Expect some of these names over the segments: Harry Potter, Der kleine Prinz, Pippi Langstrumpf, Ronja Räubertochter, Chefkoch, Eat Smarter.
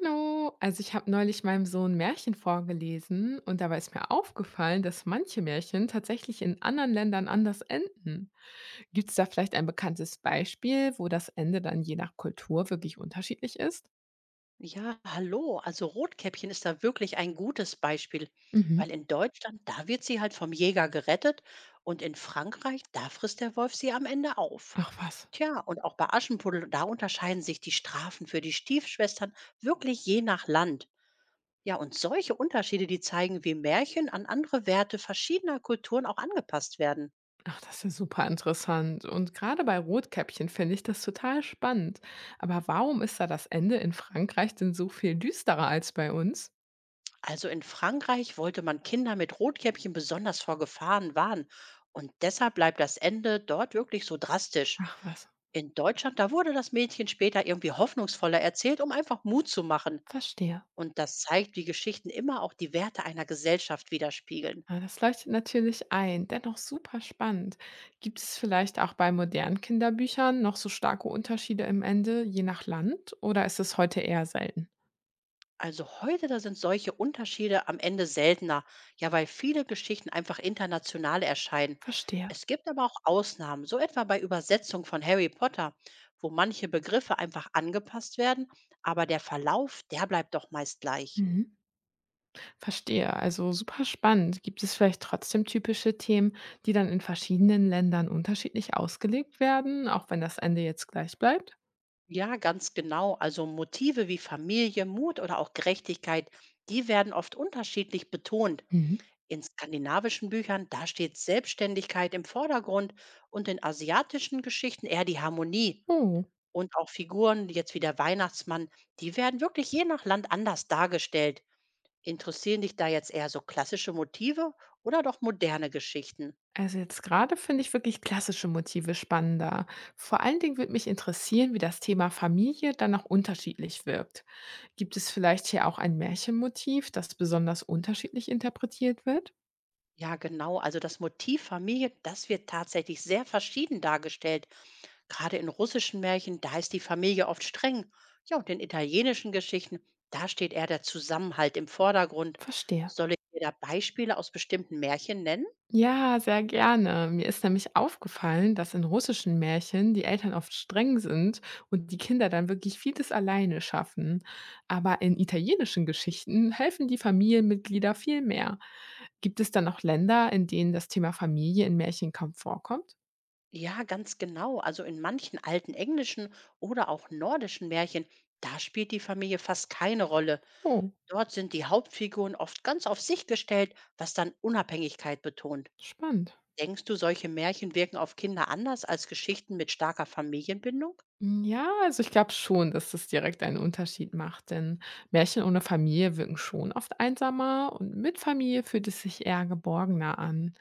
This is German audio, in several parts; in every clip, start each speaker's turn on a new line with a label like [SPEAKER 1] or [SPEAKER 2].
[SPEAKER 1] Hallo, also ich habe neulich meinem Sohn Märchen vorgelesen und dabei ist mir aufgefallen, dass manche Märchen tatsächlich in anderen Ländern anders enden. Gibt es da vielleicht ein bekanntes Beispiel, wo das Ende dann je nach Kultur wirklich unterschiedlich ist?
[SPEAKER 2] Ja, hallo. Also Rotkäppchen ist da wirklich ein gutes Beispiel,
[SPEAKER 1] Mhm.
[SPEAKER 2] weil in Deutschland, da wird sie halt vom Jäger gerettet und in Frankreich, da frisst der Wolf sie am Ende auf.
[SPEAKER 1] Ach was,
[SPEAKER 2] Tja, und auch bei Aschenputtel, da unterscheiden sich die Strafen für die Stiefschwestern wirklich je nach Land. Ja, und solche Unterschiede, die zeigen, wie Märchen an andere Werte verschiedener Kulturen auch angepasst werden.
[SPEAKER 1] ach das ist ja super interessant. Und gerade bei Rotkäppchen finde ich das total spannend. Aber warum ist da das Ende in Frankreich denn so viel düsterer als bei uns?
[SPEAKER 2] Also in Frankreich wollte man Kinder mit Rotkäppchen besonders vor Gefahren warnen. Und deshalb bleibt das Ende dort wirklich so drastisch.
[SPEAKER 1] Ach was,
[SPEAKER 2] In Deutschland, da wurde das Mädchen später irgendwie hoffnungsvoller erzählt, um einfach Mut zu machen.
[SPEAKER 1] verstehe.
[SPEAKER 2] Und das zeigt, wie Geschichten immer auch die Werte einer Gesellschaft widerspiegeln.
[SPEAKER 1] Ah, das leuchtet natürlich ein, dennoch super spannend. Gibt es vielleicht auch bei modernen Kinderbüchern noch so starke Unterschiede im Ende, je nach Land, oder ist es heute eher selten?
[SPEAKER 2] Also heute, da sind solche Unterschiede am Ende seltener, ja, weil viele Geschichten einfach international erscheinen.
[SPEAKER 1] Verstehe.
[SPEAKER 2] Es gibt aber auch Ausnahmen, so etwa bei Übersetzung von Harry Potter, wo manche Begriffe einfach angepasst werden, aber der Verlauf, der bleibt doch meist gleich.
[SPEAKER 1] Mhm. Verstehe, also super spannend. Gibt es vielleicht trotzdem typische Themen, die dann in verschiedenen Ländern unterschiedlich ausgelegt werden, auch wenn das Ende jetzt gleich bleibt?
[SPEAKER 2] Ja, ganz genau. Also Motive wie Familie, Mut oder auch Gerechtigkeit, die werden oft unterschiedlich betont.
[SPEAKER 1] Mhm.
[SPEAKER 2] In skandinavischen Büchern, da steht Selbstständigkeit im Vordergrund und in asiatischen Geschichten eher die Harmonie.
[SPEAKER 1] Oh,
[SPEAKER 2] Und auch Figuren, jetzt wie der Weihnachtsmann, die werden wirklich je nach Land anders dargestellt. Interessieren dich da jetzt eher so klassische Motive oder doch moderne Geschichten?
[SPEAKER 1] also jetzt gerade finde ich wirklich klassische Motive spannender. Vor allen Dingen würde mich interessieren, wie das Thema Familie dann auch unterschiedlich wirkt. Gibt es vielleicht hier auch ein Märchenmotiv, das besonders unterschiedlich interpretiert wird?
[SPEAKER 2] Ja, genau. Also das Motiv Familie, das wird tatsächlich sehr verschieden dargestellt. Gerade in russischen Märchen, da ist die Familie oft streng. Ja, und in italienischen Geschichten, da steht eher der Zusammenhalt im Vordergrund.
[SPEAKER 1] Verstehe.
[SPEAKER 2] Soll ich dir da Beispiele aus bestimmten Märchen nennen?
[SPEAKER 1] Ja, sehr gerne. Mir ist nämlich aufgefallen, dass in russischen Märchen die Eltern oft streng sind und die Kinder dann wirklich vieles alleine schaffen. Aber in italienischen Geschichten helfen die Familienmitglieder viel mehr. Gibt es dann auch Länder, in denen das Thema Familie in Märchen kaum vorkommt?
[SPEAKER 2] Ja, ganz genau. Also in manchen alten englischen oder auch nordischen Märchen, da spielt die Familie fast keine Rolle.
[SPEAKER 1] Oh,
[SPEAKER 2] Dort sind die Hauptfiguren oft ganz auf sich gestellt, was dann Unabhängigkeit betont.
[SPEAKER 1] spannend.
[SPEAKER 2] Denkst du, solche Märchen wirken auf Kinder anders als Geschichten mit starker Familienbindung?
[SPEAKER 1] Hm, ja, also ich glaube schon, dass das direkt einen Unterschied macht, denn Märchen ohne Familie wirken schon oft einsamer und mit Familie fühlt es sich eher geborgener an.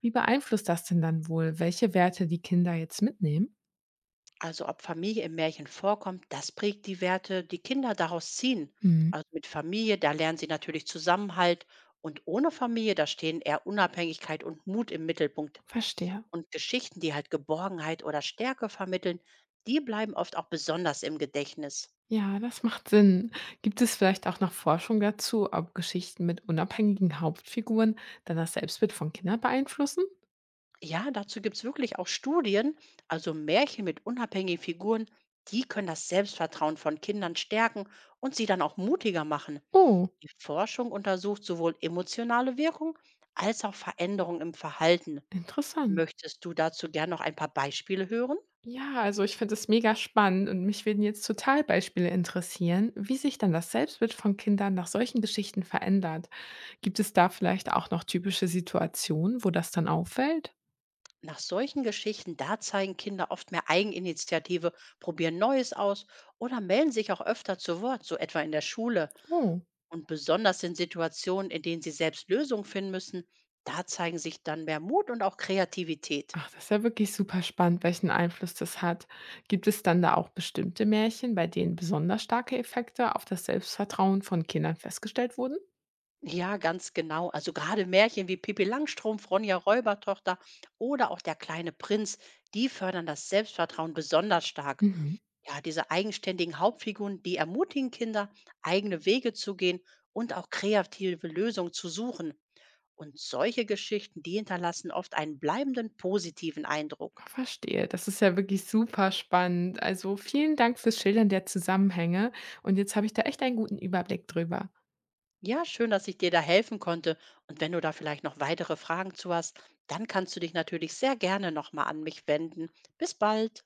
[SPEAKER 1] Wie beeinflusst das denn dann wohl, welche Werte die Kinder jetzt mitnehmen?
[SPEAKER 2] Also ob Familie im Märchen vorkommt, das prägt die Werte, die Kinder daraus ziehen.
[SPEAKER 1] Hm,
[SPEAKER 2] Also mit Familie, da lernen sie natürlich Zusammenhalt und ohne Familie, da stehen eher Unabhängigkeit und Mut im Mittelpunkt.
[SPEAKER 1] verstehe.
[SPEAKER 2] Und Geschichten, die halt Geborgenheit oder Stärke vermitteln, die bleiben oft auch besonders im Gedächtnis.
[SPEAKER 1] Ja, das macht Sinn. Gibt es vielleicht auch noch Forschung dazu, ob Geschichten mit unabhängigen Hauptfiguren dann das Selbstbild von Kindern beeinflussen?
[SPEAKER 2] Ja, dazu gibt es wirklich auch Studien, also Märchen mit unabhängigen Figuren, die können das Selbstvertrauen von Kindern stärken und sie dann auch mutiger machen.
[SPEAKER 1] Oh,
[SPEAKER 2] Die Forschung untersucht sowohl emotionale Wirkung als auch Veränderung im Verhalten.
[SPEAKER 1] interessant.
[SPEAKER 2] Möchtest du dazu gern noch ein paar Beispiele hören?
[SPEAKER 1] Ja, also ich finde es mega spannend und mich würden jetzt total Beispiele interessieren, wie sich dann das Selbstbild von Kindern nach solchen Geschichten verändert. Gibt es da vielleicht auch noch typische Situationen, wo das dann auffällt?
[SPEAKER 2] Nach solchen Geschichten, da zeigen Kinder oft mehr Eigeninitiative, probieren Neues aus oder melden sich auch öfter zu Wort, so etwa in der Schule.
[SPEAKER 1] Oh,
[SPEAKER 2] Und besonders in Situationen, in denen sie selbst Lösungen finden müssen, da zeigen sich dann mehr Mut und auch Kreativität.
[SPEAKER 1] ach, das ist ja wirklich super spannend, welchen Einfluss das hat. Gibt es dann da auch bestimmte Märchen, bei denen besonders starke Effekte auf das Selbstvertrauen von Kindern festgestellt wurden?
[SPEAKER 2] Ja, ganz genau. Also gerade Märchen wie Pippi Langstrumpf, Ronja Räubertochter oder auch Der kleine Prinz, die fördern das Selbstvertrauen besonders stark.
[SPEAKER 1] Mhm.
[SPEAKER 2] Ja, diese eigenständigen Hauptfiguren, die ermutigen Kinder, eigene Wege zu gehen und auch kreative Lösungen zu suchen. Und solche Geschichten, die hinterlassen oft einen bleibenden positiven Eindruck.
[SPEAKER 1] Ja, verstehe, das ist ja wirklich super spannend. Also vielen Dank fürs Schildern der Zusammenhänge und jetzt habe ich da echt einen guten Überblick drüber.
[SPEAKER 2] Ja, schön, dass ich dir da helfen konnte. Und wenn du da vielleicht noch weitere Fragen zu hast, dann kannst du dich natürlich sehr gerne nochmal an mich wenden. Bis bald.